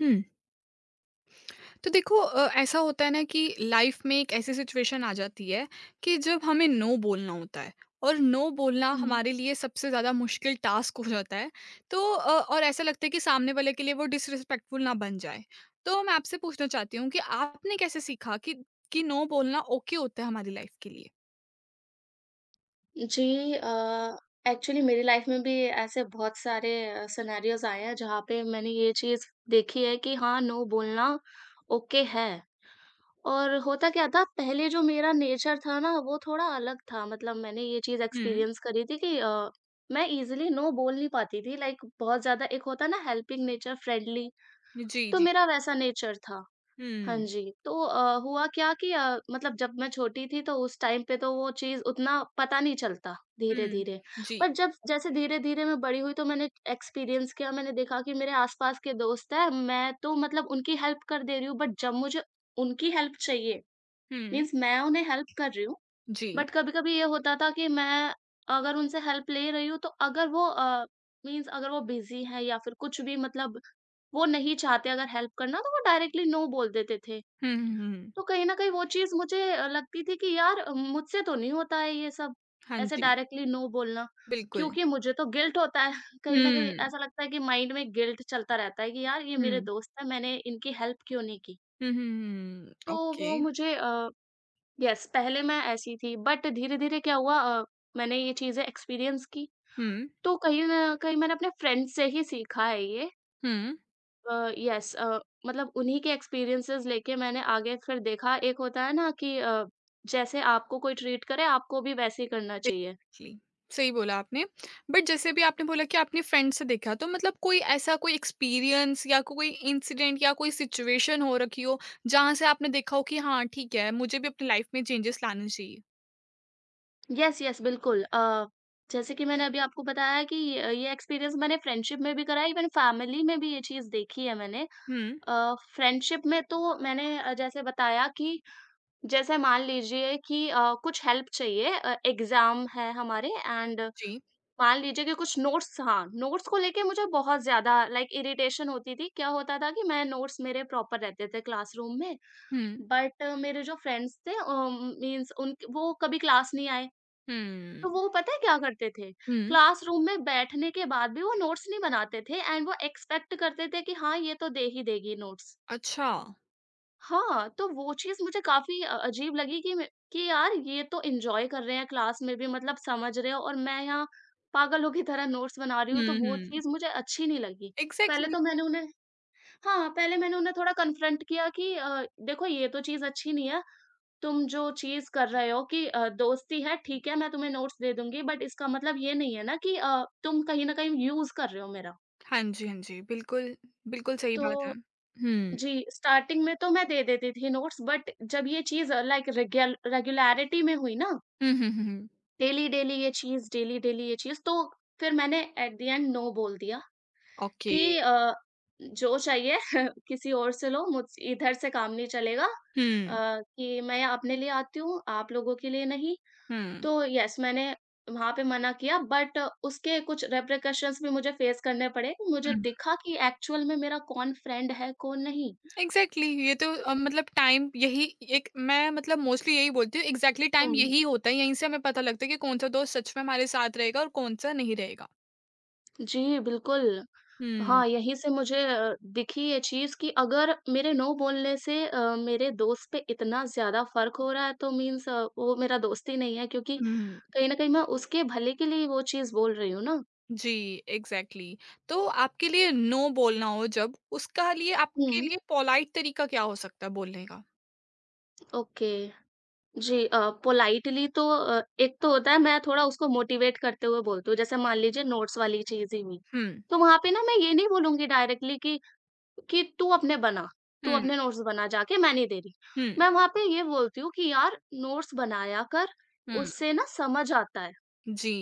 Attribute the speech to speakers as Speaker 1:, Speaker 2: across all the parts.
Speaker 1: हुँ। तो देखो ऐसा होता है ना कि लाइफ में एक ऐसी सिचुएशन आ जाती है कि जब हमें नो बोलना होता है और नो बोलना
Speaker 2: हुँ।
Speaker 1: हमारे लिए सबसे ज़्यादा मुश्किल टास्क हो जाता है। तो और ऐसा लगता है कि सामने वाले के लिए वो डिसरिस्पेक्टफुल ना बन जाए। तो मैं आपसे पूछना चाहती हूँ कि आपने कैसे सीखा कि नो बोलना ओके होता है हमारी लाइफ के लिए?
Speaker 2: जी, एक्चुअली मेरी लाइफ़ में भी ऐसे बहुत सारे सिनेरियोज़ आए हैं जहाँ पे मैंने ये चीज़ देखी है कि हाँ, नो बोलना ओके है। और होता क्या था पहले, जो मेरा नेचर था ना वो थोड़ा अलग था, मतलब मैंने ये चीज़
Speaker 1: हुँ।
Speaker 2: एक्सपीरियंस करी थी कि मैं ईज़िली नो बोल नहीं पाती थी, लाइक बहुत ज़्यादा, एक होता है ना हेल्पिंग नेचर, फ्रेंडली,
Speaker 1: जी,
Speaker 2: तो
Speaker 1: जी।
Speaker 2: मेरा वैसा नेचर था। हाँ
Speaker 1: हुँ,
Speaker 2: जी, तो हुआ क्या कि मतलब जब मैं छोटी थी तो उस टाइम पे तो वो चीज़ उतना पता नहीं चलता,
Speaker 1: हुँ।
Speaker 2: धीरे-धीरे।
Speaker 1: जी।
Speaker 2: पर जब जैसे धीरे-धीरे मैं बड़ी हुई तो मैंने एक्सपीरियंस किया, मैंने देखा कि मेरे आस-पास के दोस्त हैं, मैं तो मतलब उनकी हेल्प कर दे रही हूँ, बट जब मुझे उनकी हेल्प चाहिए,
Speaker 1: हुँ,
Speaker 2: मीन्स मैं उन्हें हेल्प कर रही हूँ,
Speaker 1: जी।
Speaker 2: बट कभी-कभी ये होता था कि मैं अगर उनसे हेल्प ले रही हूँ तो अगर वो मीन्स अगर वो बिज़ी हैं या फिर कुछ भी, मतलब वो नहीं चाहते अगर हेल्प करना, तो वो डायरेक्टली नो बोल देते थे।
Speaker 1: हुँ, हुँ, हुँ।
Speaker 2: तो कहीं न कहीं वो चीज़ मुझे लगती थी कि यार, मुझसे तो नहीं होता है ये सब,
Speaker 1: हाँ
Speaker 2: ऐसे
Speaker 1: जी,
Speaker 2: डायरेक्टली नो बोलना,
Speaker 1: बिल्कुल।
Speaker 2: क्योंकि मुझे तो गिल्ट होता है। कहीं न कहीं
Speaker 1: हुँ,
Speaker 2: ऐसा लगता है कि माइंड में गिल्ट चलता रहता है कि यार, ये मेरे
Speaker 1: हुँ।
Speaker 2: दोस्त हैं, मैंने इनकी हेल्प क्यों नहीं की?
Speaker 1: हुँ, हुँ,
Speaker 2: तो
Speaker 1: हुँ, ओके।
Speaker 2: वो मुझे यस, पहले मैं ऐसी थी बट धीरे-धीरे क्या हुआ, मैंने ये चीज़ें एक्सपीरियंस की,
Speaker 1: हुँ,
Speaker 2: तो कहीं न कहीं मैंने अपने फ्रेंड से ही सीखा है ये।
Speaker 1: हुँ,
Speaker 2: यस, मतलब उन्हीं के एक्सपीरियंसेस लेके मैंने आगे फिर देखा, एक होता है ना कि जैसे आपको कोई ट्रीट करे आपको भी वैसे ही करना चाहिए।
Speaker 1: एग्ज़ैक्टली। सही बोला आपने। बट जैसे भी आपने बोला कि आपने फ्रेंड से देखा तो मतलब कोई ऐसा कोई एक्सपीरियंस या कोई इंसिडेंट या कोई सिचुएशन हो रखी हो, जहाँ से आपने देखा हो कि हाँ, ठीक है, मुझे भी अपनी लाइफ़ में चेंजेस लाने चाहिए?
Speaker 2: यस, यस, बिल्कुल। जैसे कि मैंने अभी आपको बताया कि ये एक्सपीरियंस मैंने फ्रेंडशिप में भी करा है, इवन फैमिली में भी ये चीज़ देखी है मैंने।
Speaker 1: हुँ,
Speaker 2: फ्रेंडशिप में तो मैंने जैसे बताया कि, जैसे मान लीजिए कि कुछ हेल्प चाहिए, एग्ज़ाम है हमारे एंड,
Speaker 1: जी।
Speaker 2: मान लीजिए कि कुछ नोट्स। हाँ, नोट्स को लेके मुझे बहुत ज़्यादा लाइक इरिटेशन होती थी। क्या होता था कि मैं, नोट्स मेरे प्रॉपर रहते थे क्लासरूम में,
Speaker 1: हुँ,
Speaker 2: बट मेरे जो फ्रेंड्स थे मीन्स उन वो कभी क्लास नहीं आए।
Speaker 1: हुँ,
Speaker 2: तो वो पता है क्या करते थे?
Speaker 1: हुँ,
Speaker 2: क्लासरूम में बैठने के बाद भी वो नोट्स नहीं बनाते थे एंड वो एक्सपेक्ट करते थे कि हाँ, ये तो दे ही देगी नोट्स।
Speaker 1: अच्छा।
Speaker 2: हाँ, तो वो चीज़ मुझे काफ़ी अजीब लगी कि यार, ये तो एन्जॉय कर रहे हैं क्लास में भी, मतलब समझ रहे हैं, और मैं यहाँ पागलों की तरह नोट्स बना रही हूँ, तो
Speaker 1: हुँ,
Speaker 2: वो
Speaker 1: हुँ,
Speaker 2: चीज़ मुझे अच्छी नहीं लगी। पहले
Speaker 1: एग्ज़ैक्टली।
Speaker 2: तो मैंने उन्हें हाँ, पहले मैंने उन्हें थोड़ा कन्फ्रंट किया कि देखो, ये तो चीज़ अच्छी नहीं है, तुम जो चीज़ कर रहे हो कि दोस्ती है ठीक है, मैं तुम्हें नोट्स दे दूँगी बट इसका मतलब ये नहीं है ना कि तुम कहीं न कहीं यूज़ कर रहे हो मेरा।
Speaker 1: हाँ जी, हाँ जी, बिल्कुल, बिल्कुल सही
Speaker 2: तो
Speaker 1: बात है। हुँ,
Speaker 2: जी, स्टार्टिंग में तो मैं दे देती थी नोट्स, बट जब ये चीज़ लाइक रेगल रेगुलैरिटी में हुई ना,
Speaker 1: हुँ, हुँ, हुँ, हुँ,
Speaker 2: डेली-डेली ये चीज़, तो फिर मैंने एट द एंड नो बोल दिया
Speaker 1: ओके।
Speaker 2: कि जो चाहिए किसी और से लो, मुझ इधर से काम नहीं चलेगा।
Speaker 1: हुँ,
Speaker 2: कि मैं अपने लिए आती हूँ, आप लोगों के लिए नहीं।
Speaker 1: हुँ,
Speaker 2: तो येस, मैंने वहाँ पे मना किया, बट उसके कुछ रिपरकशंस भी मुझे फेस करने पड़े। मुझे
Speaker 1: हुँ।
Speaker 2: दिखा कि एक्चुअल में मेरा कौन फ्रेंड है, कौन नहीं।
Speaker 1: एग्जैक्टली exactly, ये तो मतलब टाइम यही एक मैं मतलब मोस्टली यही बोलती हूँ, एग्जैक्टली टाइम
Speaker 2: हुँ।
Speaker 1: यही होता है, यहीं से हमें पता लगता है कि कौन सा दोस्त सच में हमारे साथ रहेगा और कौन सा नहीं रहेगा।
Speaker 2: जी, बिल्कुल।
Speaker 1: हम्म।
Speaker 2: हाँ, यहीं से मुझे दिखी ये चीज़ कि अगर मेरे नो बोलने से मेरे दोस्त पे इतना ज़्यादा फ़र्क हो रहा है तो मीन्स वो मेरा दोस्त ही नहीं है, क्योंकि
Speaker 1: हम्म।
Speaker 2: कहीं न कहीं मैं उसके भले के लिए ही वो चीज़ बोल रही हूँ ना।
Speaker 1: जी। Exactly exactly. तो आपके लिए नो बोलना हो जब उसका लिए आपके
Speaker 2: हुँ।
Speaker 1: लिए पोलाइट तरीका क्या हो सकता है बोलने का?
Speaker 2: ओके। जी, पोलाइटली तो एक तो होता है, मैं थोड़ा उसको मोटिवेट करते हुए बोलती हूँ। जैसे मान लीजिए नोट्स वाली चीज़ ही हुई,
Speaker 1: हम्म।
Speaker 2: तो वहाँ पे ना मैं ये नहीं बोलूँगी डायरेक्टली कि, कि तू अपने बना, तू
Speaker 1: हम्म।
Speaker 2: अपने नोट्स बना जाके, मैं नहीं दे रही।
Speaker 1: हम्म।
Speaker 2: मैं वहाँ पे ये बोलती हूँ कि यार, नोट्स बनाया कर,
Speaker 1: हम्म।
Speaker 2: उससे ना समझ आता है।
Speaker 1: जी।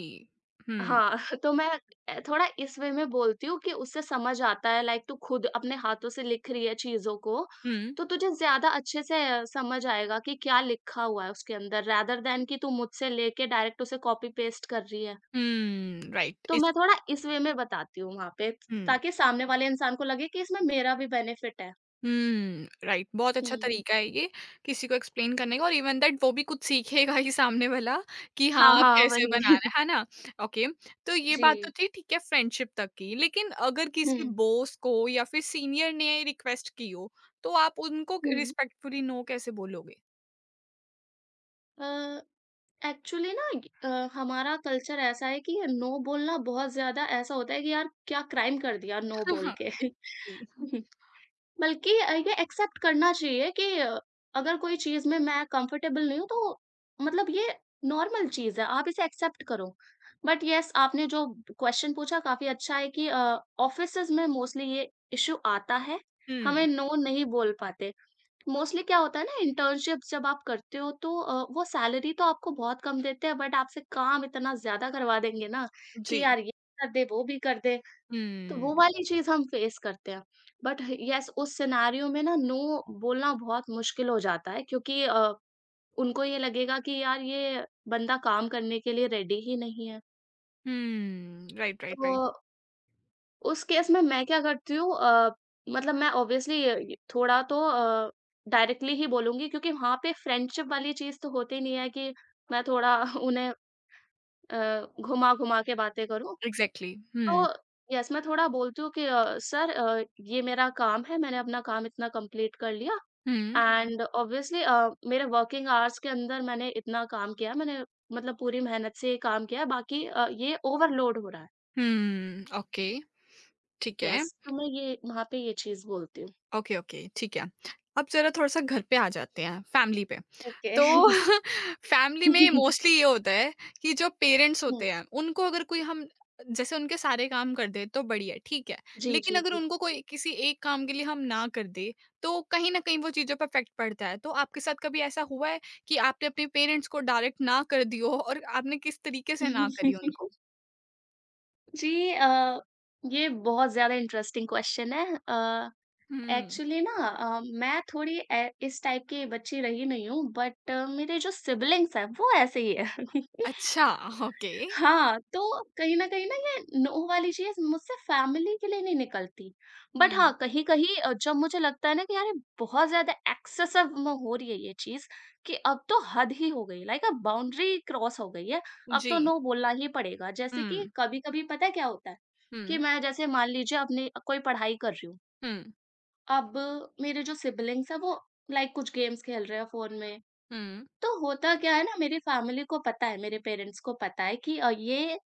Speaker 1: हम्म।
Speaker 2: हाँ, तो मैं थोड़ा इस वे में बोलती हूँ कि उससे समझ आता है, लाइक तू खुद अपने हाथों से लिख रही है चीज़ों को,
Speaker 1: हम्म।
Speaker 2: तो तुझे ज़्यादा अच्छे से समझ आएगा कि क्या लिखा हुआ है उसके अंदर, रैदर दैन कि तू मुझसे लेके डायरेक्ट उसे कॉपी पेस्ट कर रही है।
Speaker 1: राइट
Speaker 2: तो
Speaker 1: इस।
Speaker 2: मैं थोड़ा इस वे में बताती हूँ वहाँ पे,
Speaker 1: हम्म।
Speaker 2: ताकि सामने वाले इंसान को लगे कि इसमें मेरा भी बेनिफिट है।
Speaker 1: हुँ, राइट। बहुत अच्छा
Speaker 2: हुँ।
Speaker 1: तरीका है ये किसी को एक्सप्लेन करने का और इवन दैट वो भी कुछ सीखेगा ही सामने वाला कि
Speaker 2: हाँ,
Speaker 1: हाँ, आप
Speaker 2: हाँ,
Speaker 1: कैसे
Speaker 2: वही।
Speaker 1: बना रहे हैं, है ना? ओके, तो ये
Speaker 2: जी।
Speaker 1: बात तो थी ठीक है फ्रेंडशिप तक की, लेकिन अगर किसी
Speaker 2: हुँ,
Speaker 1: बॉस को या फिर सीनियर ने रिक्वेस्ट की हो, तो आप उनको क
Speaker 2: हुँ।
Speaker 1: रिस्पेक्टफुली नो कैसे बोलोगे?
Speaker 2: अ, एक्चुअली ना, हमारा कल्चर ऐसा है कि नो बोलना बहुत ज़्यादा ऐसा होता है कि यार, क्या क्राइम कर दिया नो बोल
Speaker 1: हाँ,
Speaker 2: के।
Speaker 1: जी,
Speaker 2: बल्कि ये एक्सेप्ट करना चाहिए कि अगर कोई चीज़ में मैं कंफर्टेबल नहीं हूँ तो, मतलब ये नॉर्मल चीज़ है, आप इसे एक्सेप्ट करो। बट येस, आपने जो क्वेश्चन पूछा काफ़ी अच्छा है कि ऑफिसेज़ में मोस्टली ये इश्यू आता है, हमें
Speaker 1: हुँ,
Speaker 2: नो नहीं बोल पाते। मोस्टली क्या होता है ना, इंटर्नशिप जब आप करते हो तो वो सैलरी तो आपको बहुत कम देते हैं बट आपसे काम इतना ज्यादा करवा देंगे ना कि
Speaker 1: जी,
Speaker 2: यार, ये कर दे, वो भी कर दे, तो
Speaker 1: हुँ,
Speaker 2: वो वाली चीज हम फेस करते हैं, बट यस उस सिनेरियो में ना नो बोलना बहुत मुश्किल हो जाता है, क्योंकि उनको ये लगेगा कि यार, ये बंदा काम करने के लिए रेडी ही नहीं है।
Speaker 1: हुँ, राइट, राइट,
Speaker 2: तो
Speaker 1: राइट,
Speaker 2: उस केस में मैं क्या करती हूँ? मतलब मैं ऑब्वियसली य थोड़ा तो डायरेक्टली ही बोलूँगी, क्योंकि वहाँ पे फ्रेंडशिप वाली चीज़ तो होती नहीं है कि मैं थोड़ा उन्हें घुमा-घुमा के बातें करूँ।
Speaker 1: एग्ज़ैक्टली। हुँ,
Speaker 2: तो यस, मैं थोड़ा बोलती हूँ कि सर, ये मेरा काम है, मैंने अपना काम इतना कंप्लीट कर लिया
Speaker 1: हुँ,
Speaker 2: एंड ऑब्वियसली मेरे वर्किंग आवर्स के अंदर मैंने इतना काम किया है, मैंने मतलब पूरी मेहनत से ये काम किया है, बाकी ये ओवरलोड हो रहा है।
Speaker 1: हुँ, ओके, ठीक है।
Speaker 2: यस, तो मैं ये वहाँ पे ये चीज़ बोलती हूँ।
Speaker 1: ओके, ओके, ठीक है। अब ज़रा थोड़ा-सा घर पे आ जाते हैं, फैमिली पे।
Speaker 2: ओके।
Speaker 1: तो फैमिली में मोस्टली ये होता है कि जो पेरेंट्स
Speaker 2: हुँ।
Speaker 1: होते हैं, उनको अगर कोई हम जैसे उनके सारे काम कर दें तो बढ़िया, ठीक है।
Speaker 2: जी,
Speaker 1: लेकिन
Speaker 2: जी,
Speaker 1: अगर
Speaker 2: जी।
Speaker 1: उनको कोई किसी एक काम के लिए हम ना कर दें, तो कहीं न कहीं वो चीज़ों पे इफ़ेक्ट पड़ता है। तो आपके साथ कभी ऐसा हुआ है कि आपने अपने पेरेंट्स को डायरेक्ट ना कर दी हो और आपने किस तरीके से ना करी उनको?
Speaker 2: जी, अ, ये बहुत ज़्यादा इंटरेस्टिंग क्वेश्चन है।
Speaker 1: हुँ।
Speaker 2: एक्चुअली ना, मैं थोड़ी इस टाइप की बच्ची रही नहीं हूँ, बट मेरे जो सिबलिंग्स हैं वो ऐसे ही है।
Speaker 1: अच्छा, ओके।
Speaker 2: हाँ, तो कहीं न कहीं ना ये नो वाली चीज़ मुझसे फैमिली के लिए नहीं निकलती। बट हाँ,
Speaker 1: हुँ।
Speaker 2: कहीं-कहीं जब मुझे लगता है ना कि यार, ये बहुत ज़्यादा एक्सेसिव में हो रही है ये चीज़, कि अब तो हद ही हो गई, लाइक अ बाउंड्री क्रॉस हो गई है, अब तो
Speaker 1: जी।
Speaker 2: नो बोलना ही पड़ेगा।
Speaker 1: हुँ।
Speaker 2: जैसे कि कभी-कभी पता है क्या होता है, कि
Speaker 1: हुँ।
Speaker 2: मैं जैसे मान लीजिए अपनी कोई पढ़ाई कर रही हूँ,
Speaker 1: हुँ।
Speaker 2: अब मेरे जो सिबलिंग्स हैं वो लाइक कुछ गेम्स खेल रहे हैं फ़ोन में।
Speaker 1: हुँ।
Speaker 2: तो होता क्या है ना, मेरी फैमिली को पता है, मेरे पेरेंट्स को पता है कि ये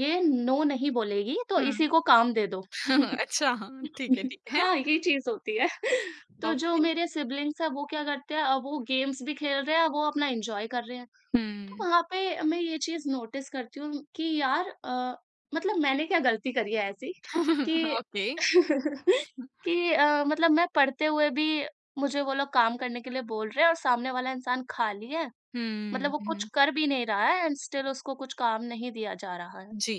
Speaker 2: ये नो नहीं बोलेगी तो इसी
Speaker 1: हुँ।
Speaker 2: को काम दे दो।
Speaker 1: अच्छा, ठीक है, ठीक है।
Speaker 2: हाँ, ये चीज़ होती है। तो जो
Speaker 1: ओके।
Speaker 2: मेरे सिबलिंग्स हैं वो क्या करते हैं? वो गेम्स भी खेल रहे हैं, वो अपना एन्जॉय कर रहे हैं। तो
Speaker 1: हुँ।
Speaker 2: वहाँ पे मैं ये चीज़ नोटिस करती हूँ कि यार, मतलब मैंने क्या गलती करी है ऐसी कि
Speaker 1: ओके।
Speaker 2: कि मतलब मैं पढ़ते हुए भी, मुझे वो लोग काम करने के लिए बोल रहे हैं और सामने वाला इंसान खाली है। मतलब
Speaker 1: हुँ,
Speaker 2: वो कुछ
Speaker 1: हुँ।
Speaker 2: कर भी नहीं रहा है एंड स्टिल उसको कुछ काम नहीं दिया जा रहा है।
Speaker 1: जी,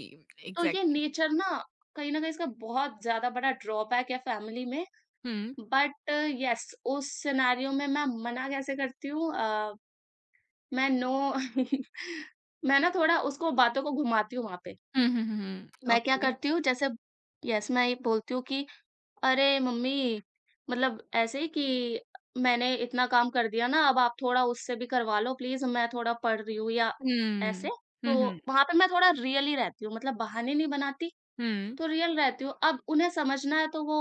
Speaker 2: तो ये
Speaker 1: एग्ज़ैक्टली।
Speaker 2: नेचर ना कहीं न कहीं इसका बहुत ज़्यादा बड़ा ड्रॉबैक है फैमिली में।
Speaker 1: हुँ।
Speaker 2: बट येस, उस सिनेरियो में मैं मना कैसे करती हूँ? मैं नो मैं ना थोड़ा उसको बातों को घुमाती हूँ वहाँ पे।
Speaker 1: हुँ, हुँ, हुँ, हुँ।
Speaker 2: मैं क्या
Speaker 1: ओके।
Speaker 2: करती हूँ? जैसे, यस, मैं ये बोलती हूँ कि अरे मम्मी, मतलब ऐसे ही कि मैंने इतना काम कर दिया ना, अब आप थोड़ा उससे भी करवा लो प्लीज़, मैं थोड़ा पढ़ रही हूँ, या ऐसे।
Speaker 1: हुँ।
Speaker 2: तो
Speaker 1: हुँ, हुँ,
Speaker 2: वहाँ पे मैं थोड़ा रियल ही रहती हूँ, मतलब बहाने नहीं बनाती,
Speaker 1: हुँ,
Speaker 2: तो रियल रहती हूँ। अब उन्हें समझना है तो वो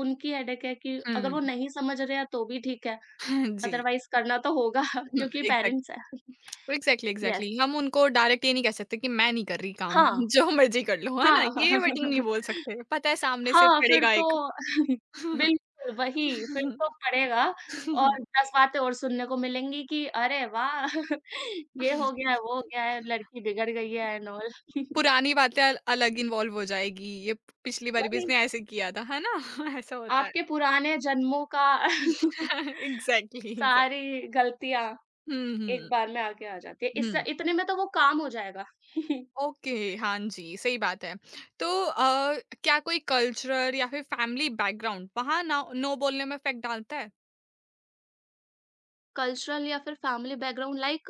Speaker 2: उनकी हेडेक है, कि अगर
Speaker 1: हुँ।
Speaker 2: वो नहीं समझ रहे हैं तो भी ठीक है,
Speaker 1: जी।
Speaker 2: अदरवाइज़ करना तो होगा
Speaker 1: हुँ,
Speaker 2: क्योंकि
Speaker 1: एग्ज़ैक्ट
Speaker 2: पेरेंट्स हैं।
Speaker 1: Exactly, exactly.
Speaker 2: यस।
Speaker 1: हम उनको डायरेक्ट ये नहीं कह सकते कि मैं नहीं कर रही काम,
Speaker 2: हाँ।
Speaker 1: जो मर्ज़ी कर लो, है ना?
Speaker 2: हाँ।
Speaker 1: ये वर्डिंग नहीं बोल सकते। पता है सामने से
Speaker 2: हाँ, फिर
Speaker 1: पड़ेगा एक।
Speaker 2: तो, बिल्कुल वही, फिर तो पड़ेगा और 10 बातें और सुनने को मिलेंगी कि अरे वाह! ये हो गया है, वो हो गया है, लड़की बिगड़ गई है एंड ऑल।
Speaker 1: पुरानी बातें अल अलग इन्वॉल्व हो जाएगी, ये पिछली बारी भी
Speaker 2: वही,
Speaker 1: इसने ऐसे किया था, है ना? ऐसा होता है।
Speaker 2: आपके पुराने जन्मों का
Speaker 1: एग्ज़ैक्टली, एग्ज़ैक्ट।
Speaker 2: सारी गलतियाँ
Speaker 1: हुँ,
Speaker 2: एक
Speaker 1: हुँ,
Speaker 2: बार में आगे आ जाती है। इससे
Speaker 1: हुँ।
Speaker 2: इतने में तो वो काम हो जाएगा।
Speaker 1: ओके, हाँ जी, सही बात है। तो क्या कोई कल्चरल या फिर फैमिली बैकग्राउंड वहाँ ना नो बोलने में इफ़ेक्ट डालता है?
Speaker 2: कल्चरल या फिर फैमिली बैकग्राउंड लाइक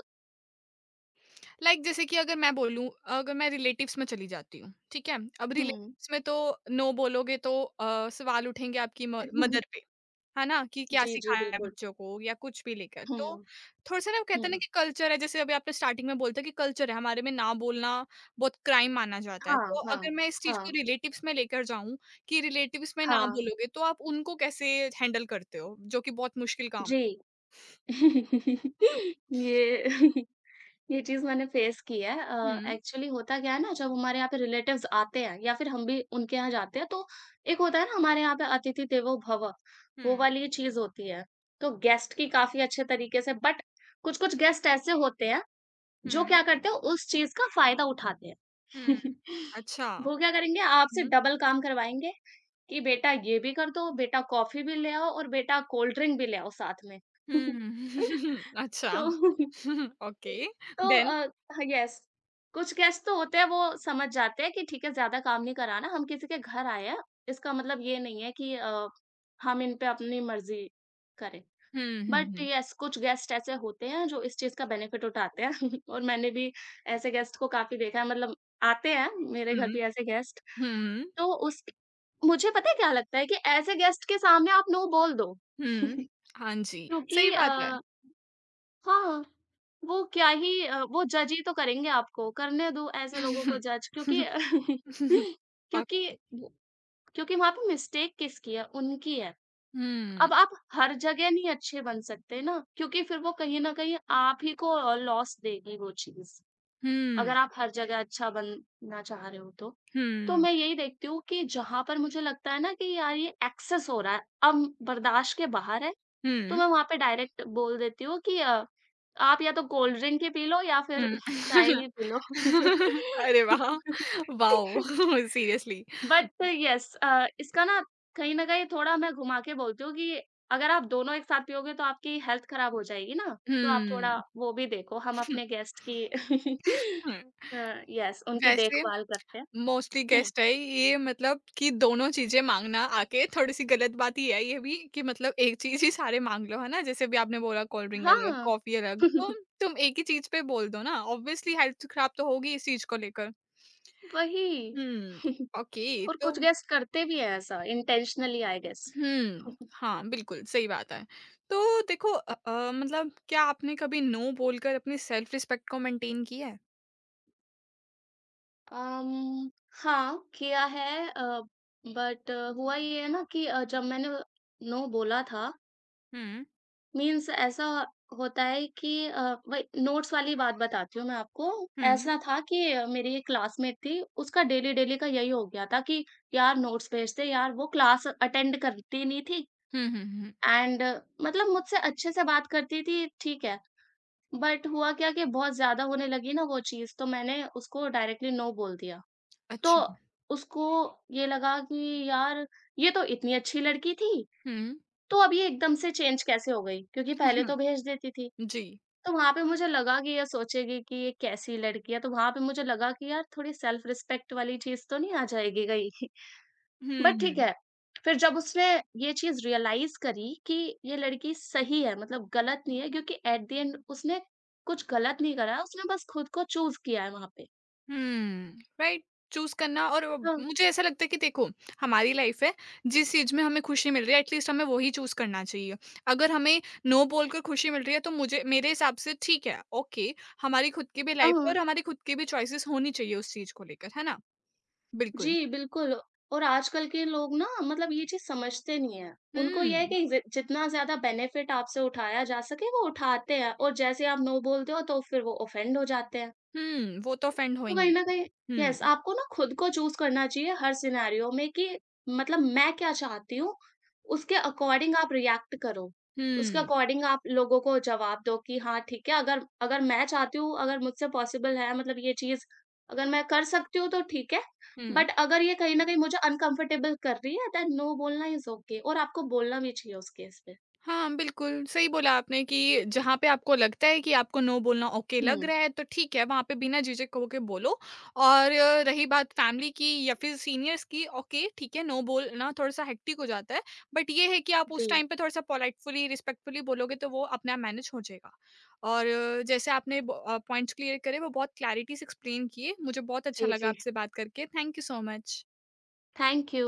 Speaker 1: जैसे कि अगर मैं बोलूँ अगर मैं रिलेटिव्स में चली जाती हूँ, ठीक है? अब
Speaker 2: हुँ।
Speaker 1: रिलेटिव्स में तो नो बोलोगे तो सवाल उठेंगे आपकी म मदर पे। है ना? कि क्या
Speaker 2: जी, जी,
Speaker 1: सिखाया है
Speaker 2: बिल्कुल।
Speaker 1: बच्चों को या कुछ भी लेकर। तो
Speaker 2: हुँ,
Speaker 1: थोड़ा-सा ना वो कहते हैं ना
Speaker 2: हुँ।
Speaker 1: कि कल्चर है, जैसे अभी आपने स्टार्टिंग में बोलते हैं कि कल्चर है, हमारे में ना बोलना बहुत क्राइम माना जाता है।
Speaker 2: हाँ,
Speaker 1: तो
Speaker 2: हाँ,
Speaker 1: अगर मैं इस चीज़
Speaker 2: हाँ,
Speaker 1: को रिलेटिव्स में लेकर जाऊँ कि रिलेटिव्स में ना
Speaker 2: हाँ।
Speaker 1: बोलोगे, तो आप उनको कैसे हैंडल करते हो? जो कि बहुत मुश्किल काम
Speaker 2: जी।
Speaker 1: है।
Speaker 2: ये ये चीज़ मैंने फ़ेस की है।
Speaker 1: हुँ,
Speaker 2: एक्चुअली होता क्या है ना, जब हमारे यहाँ पे रिलेटिव्स आते हैं या फिर हम भी उनके यहाँ जाते हैं तो एक होता है ना हमारे यहाँ पे अतिथि देवो भव, वो
Speaker 1: हुँ,
Speaker 2: वाली चीज़ होती है। तो गेस्ट की काफ़ी अच्छे तरीके से बट कुछ-कुछ गेस्ट ऐसे होते हैं जो
Speaker 1: हुँ,
Speaker 2: क्या करते हैं उस चीज़ का फ़ायदा उठाते हैं।
Speaker 1: हुँ। अच्छा।
Speaker 2: वो क्या करेंगे, आपसे
Speaker 1: हुँ,
Speaker 2: डबल काम करवाएँगे कि बेटा ये भी कर दो, बेटा कॉफ़ी भी ले आओ और बेटा कोल्ड ड्रिंक भी ले आओ साथ में।
Speaker 1: हुँ।
Speaker 2: तो
Speaker 1: अच्छा। ओके,
Speaker 2: तो
Speaker 1: देन?
Speaker 2: यस कुछ गेस्ट तो होते हैं वो समझ जाते हैं कि ठीक है, ज्यादा काम नहीं कराना, हम किसी के घर आए हैं। इसका मतलब ये नहीं है कि हम इन पे अपनी मर्जी करें।
Speaker 1: हुँ, हुँ,
Speaker 2: बट
Speaker 1: हुँ।
Speaker 2: यस कुछ गेस्ट ऐसे होते हैं जो इस चीज का बेनिफिट उठाते हैं। और मैंने भी ऐसे गेस्ट को काफी देखा है। मतलब आते हैं मेरे घर
Speaker 1: हुँ,
Speaker 2: भी ऐसे गेस्ट।
Speaker 1: हुँ,
Speaker 2: तो उस मुझे पता है क्या लगता है कि ऐसे गेस्ट के सामने आप नो बोल दो।
Speaker 1: हुँ। हाँ जी,
Speaker 2: क्योंकि
Speaker 1: सही बात है।
Speaker 2: हाँ, वो क्या ही वो जज ही तो करेंगे आपको, करने दो ऐसे लोगों को जज, क्योंकि क्योंकि
Speaker 1: ఓకే.
Speaker 2: वो क्योंकि वहाँ पे मिस्टेक किसकी है? उनकी है।
Speaker 1: హ్మ్.
Speaker 2: अब आप हर जगह नहीं अच्छे बन सकते ना, क्योंकि फिर वो कहीं न कहीं आप ही को लॉस देगी वो चीज़,
Speaker 1: హ్మ్.
Speaker 2: अगर आप हर जगह अच्छा बनना चाह रहे हो तो। तो
Speaker 1: హ్మ్.
Speaker 2: मैं यही देखती हूँ कि जहाँ पर मुझे लगता है ना कि यार ये एक्सेस हो रहा है, अब बर्दाश्त के बाहर है, तो
Speaker 1: హ్మ్.
Speaker 2: मैं वहाँ पे डायरेक्ट बोल देती हूँ कि आप या तो कोल्ड ड्रिंक ही पी लो या फिर
Speaker 1: హ్మ్.
Speaker 2: चाय ही पी लो।
Speaker 1: अरे वाह! वाओ! सीरियसली।
Speaker 2: बट यस इसका ना कहीं न कहीं थोड़ा मैं घुमा के बोलती हूँ कि अगर आप दोनों एक साथ पियोगे तो आपकी हेल्थ खराब हो जाएगी ना, तो आप थोड़ा
Speaker 1: हुँ,
Speaker 2: वो भी देखो, हम
Speaker 1: हुँ।
Speaker 2: अपने गेस्ट की अ, यस उनकी
Speaker 1: वैसे
Speaker 2: देखभाल करते हैं।
Speaker 1: मोस्टली
Speaker 2: हुँ,
Speaker 1: गेस्ट है ये मतलब कि दोनों चीज़ें माँगना आके थोड़ी-सी गलत बात ही है ये भी कि मतलब एक चीज़ ही सारे माँग लो, है ना? जैसे अभी आपने बोला कोल्ड ड्रिंक अलग,
Speaker 2: हाँ,
Speaker 1: कॉफ़ी अलग, तो तुम एक ही चीज़ पे बोल दो ना, ऑब्वियसली हेल्थ खराब तो होगी इस चीज़ को लेकर।
Speaker 2: वही।
Speaker 1: हुँ, ओके।
Speaker 2: और
Speaker 1: तो
Speaker 2: कुछ गेस्ट करते भी हैं ऐसा इंटेंशनली आई गेस।
Speaker 1: हुँ। हाँ, बिल्कुल, सही बात है। तो देखो मतलब क्या आपने कभी नो बोलकर अपनी सेल्फ रिस्पेक्ट को मेंटेन किया है?
Speaker 2: अम, हाँ, किया है अ, बट हुआ ये है ना कि जब मैंने नो बोला था
Speaker 1: हुँ,
Speaker 2: मीन्स ऐसा होता है कि वही नोट्स वाली बात बताती हूँ मैं आपको।
Speaker 1: हुँ।
Speaker 2: ऐसा था कि मेरी एक क्लासमेट थी, उसका डेली डेली का यही हो गया था कि यार नोट्स भेज दे यार, वो क्लास अटेंड करती नहीं थी
Speaker 1: हुँ, हुँ, हुँ।
Speaker 2: एंड मतलब मुझसे अच्छे से बात करती थी, ठीक है। बट हुआ क्या कि बहुत ज़्यादा होने लगी ना वो चीज़, तो मैंने उसको डायरेक्टली नो बोल दिया। तो
Speaker 1: अच्छा।
Speaker 2: उसको ये लगा कि यार ये तो इतनी अच्छी लड़की थी,
Speaker 1: हुँ।
Speaker 2: तो अब ये एकदम से चेंज कैसे हो गई? क्योंकि पहले तो भेज देती थी।
Speaker 1: जी।
Speaker 2: तो वहाँ पे मुझे लगा कि ये सोचेगी कि ये कैसी लड़की है, तो वहाँ पे मुझे लगा कि यार थोड़ी सेल्फ रिस्पेक्ट वाली चीज़ तो नहीं आ जाएगी कहीं? बट
Speaker 1: हुँ,
Speaker 2: ठीक है, फिर जब उसने ये चीज़ रियलाइज़ करी कि ये लड़की सही है, मतलब गलत नहीं है, क्योंकि एट द एंड उसने कुछ गलत नहीं करा, उसने बस खुद को चूज़ किया है वहाँ पे।
Speaker 1: हुँ, राइट। चूज़ करना और वो-
Speaker 2: हाँ,
Speaker 1: मुझे ऐसा लगता है कि देखो, हमारी लाइफ़ है, जिस चीज़ में हमें खुशी मिल रही है एटलीस्ट हमें वही चूज़ करना चाहिए। अगर हमें नो बोलकर खुशी मिल रही है तो मुझे मेरे हिसाब से ठीक है, ओके। हमारी खुद की भी लाइफ़ है
Speaker 2: हाँ।
Speaker 1: और हमारी खुद की भी चॉइसेस होनी चाहिए उस चीज़ को लेकर, है ना? बिल्कुल।
Speaker 2: जी, बिल्कुल। और आजकल के लोग ना मतलब ये चीज़ समझते नहीं हैं। उनको ये है
Speaker 1: हुँ,
Speaker 2: कि जि जितना ज़्यादा बेनिफिट आपसे उठाया जा सके वो उठाते हैं, और जैसे आप नो बोलते हो तो फिर वो ऑफेंड हो जाते हैं।
Speaker 1: हुँ, वो तो ऑफेंड
Speaker 2: तो कहीं
Speaker 1: होएँगी।
Speaker 2: न कहीं यस,
Speaker 1: हुँ,
Speaker 2: आपको ना खुद को चूज़ करना चाहिए हर सिनेरियो में कि मतलब मैं क्या चाहती हूँ, उसके अकॉर्डिंग आप रिएक्ट करो। उसके
Speaker 1: हुँ,
Speaker 2: अकॉर्डिंग आप लोगों को जवाब दो कि हाँ, ठीक है, अगर अगर मैं चाहती हूँ, अगर मुझसे पॉसिबल है मतलब ये चीज़ अगर मैं कर सकती हूँ तो ठीक है,
Speaker 1: हुँ।
Speaker 2: बट अगर ये कहीं न कहीं मुझे अनकम्फर्टेबल कर रही है देन नो बोलना इज़ ओके, और आपको बोलना भी चाहिए उस केस पे।
Speaker 1: हाँ, बिल्कुल, सही बोला आपने कि जहाँ पे आपको लगता है कि आपको नो बोलना ओके लग
Speaker 2: हुँ।
Speaker 1: रहा है, तो ठीक है, वहाँ पे बिना झिझक होके बोलो। और रही बात फैमिली की या फिर सीनियर्स की, ओके, ठीक है, नो बोलना थोड़ा-सा हेक्टिक हो जाता है, बट ये है कि आप
Speaker 2: जी।
Speaker 1: उस टाइम पे थोड़ा-सा पोलाइटफुली, रिस्पेक्टफुली बोलोगे, तो वो अपने आप मैनेज हो जाएगा। और जैसे आपने पॉइंट्स क्लियर करे, वो बहुत क्लैरिटी से एक्सप्लेन किए। मुझे बहुत अच्छा
Speaker 2: जी,
Speaker 1: लगा
Speaker 2: जी।
Speaker 1: आपसे बात करके। Thank you so much.
Speaker 2: Thank you.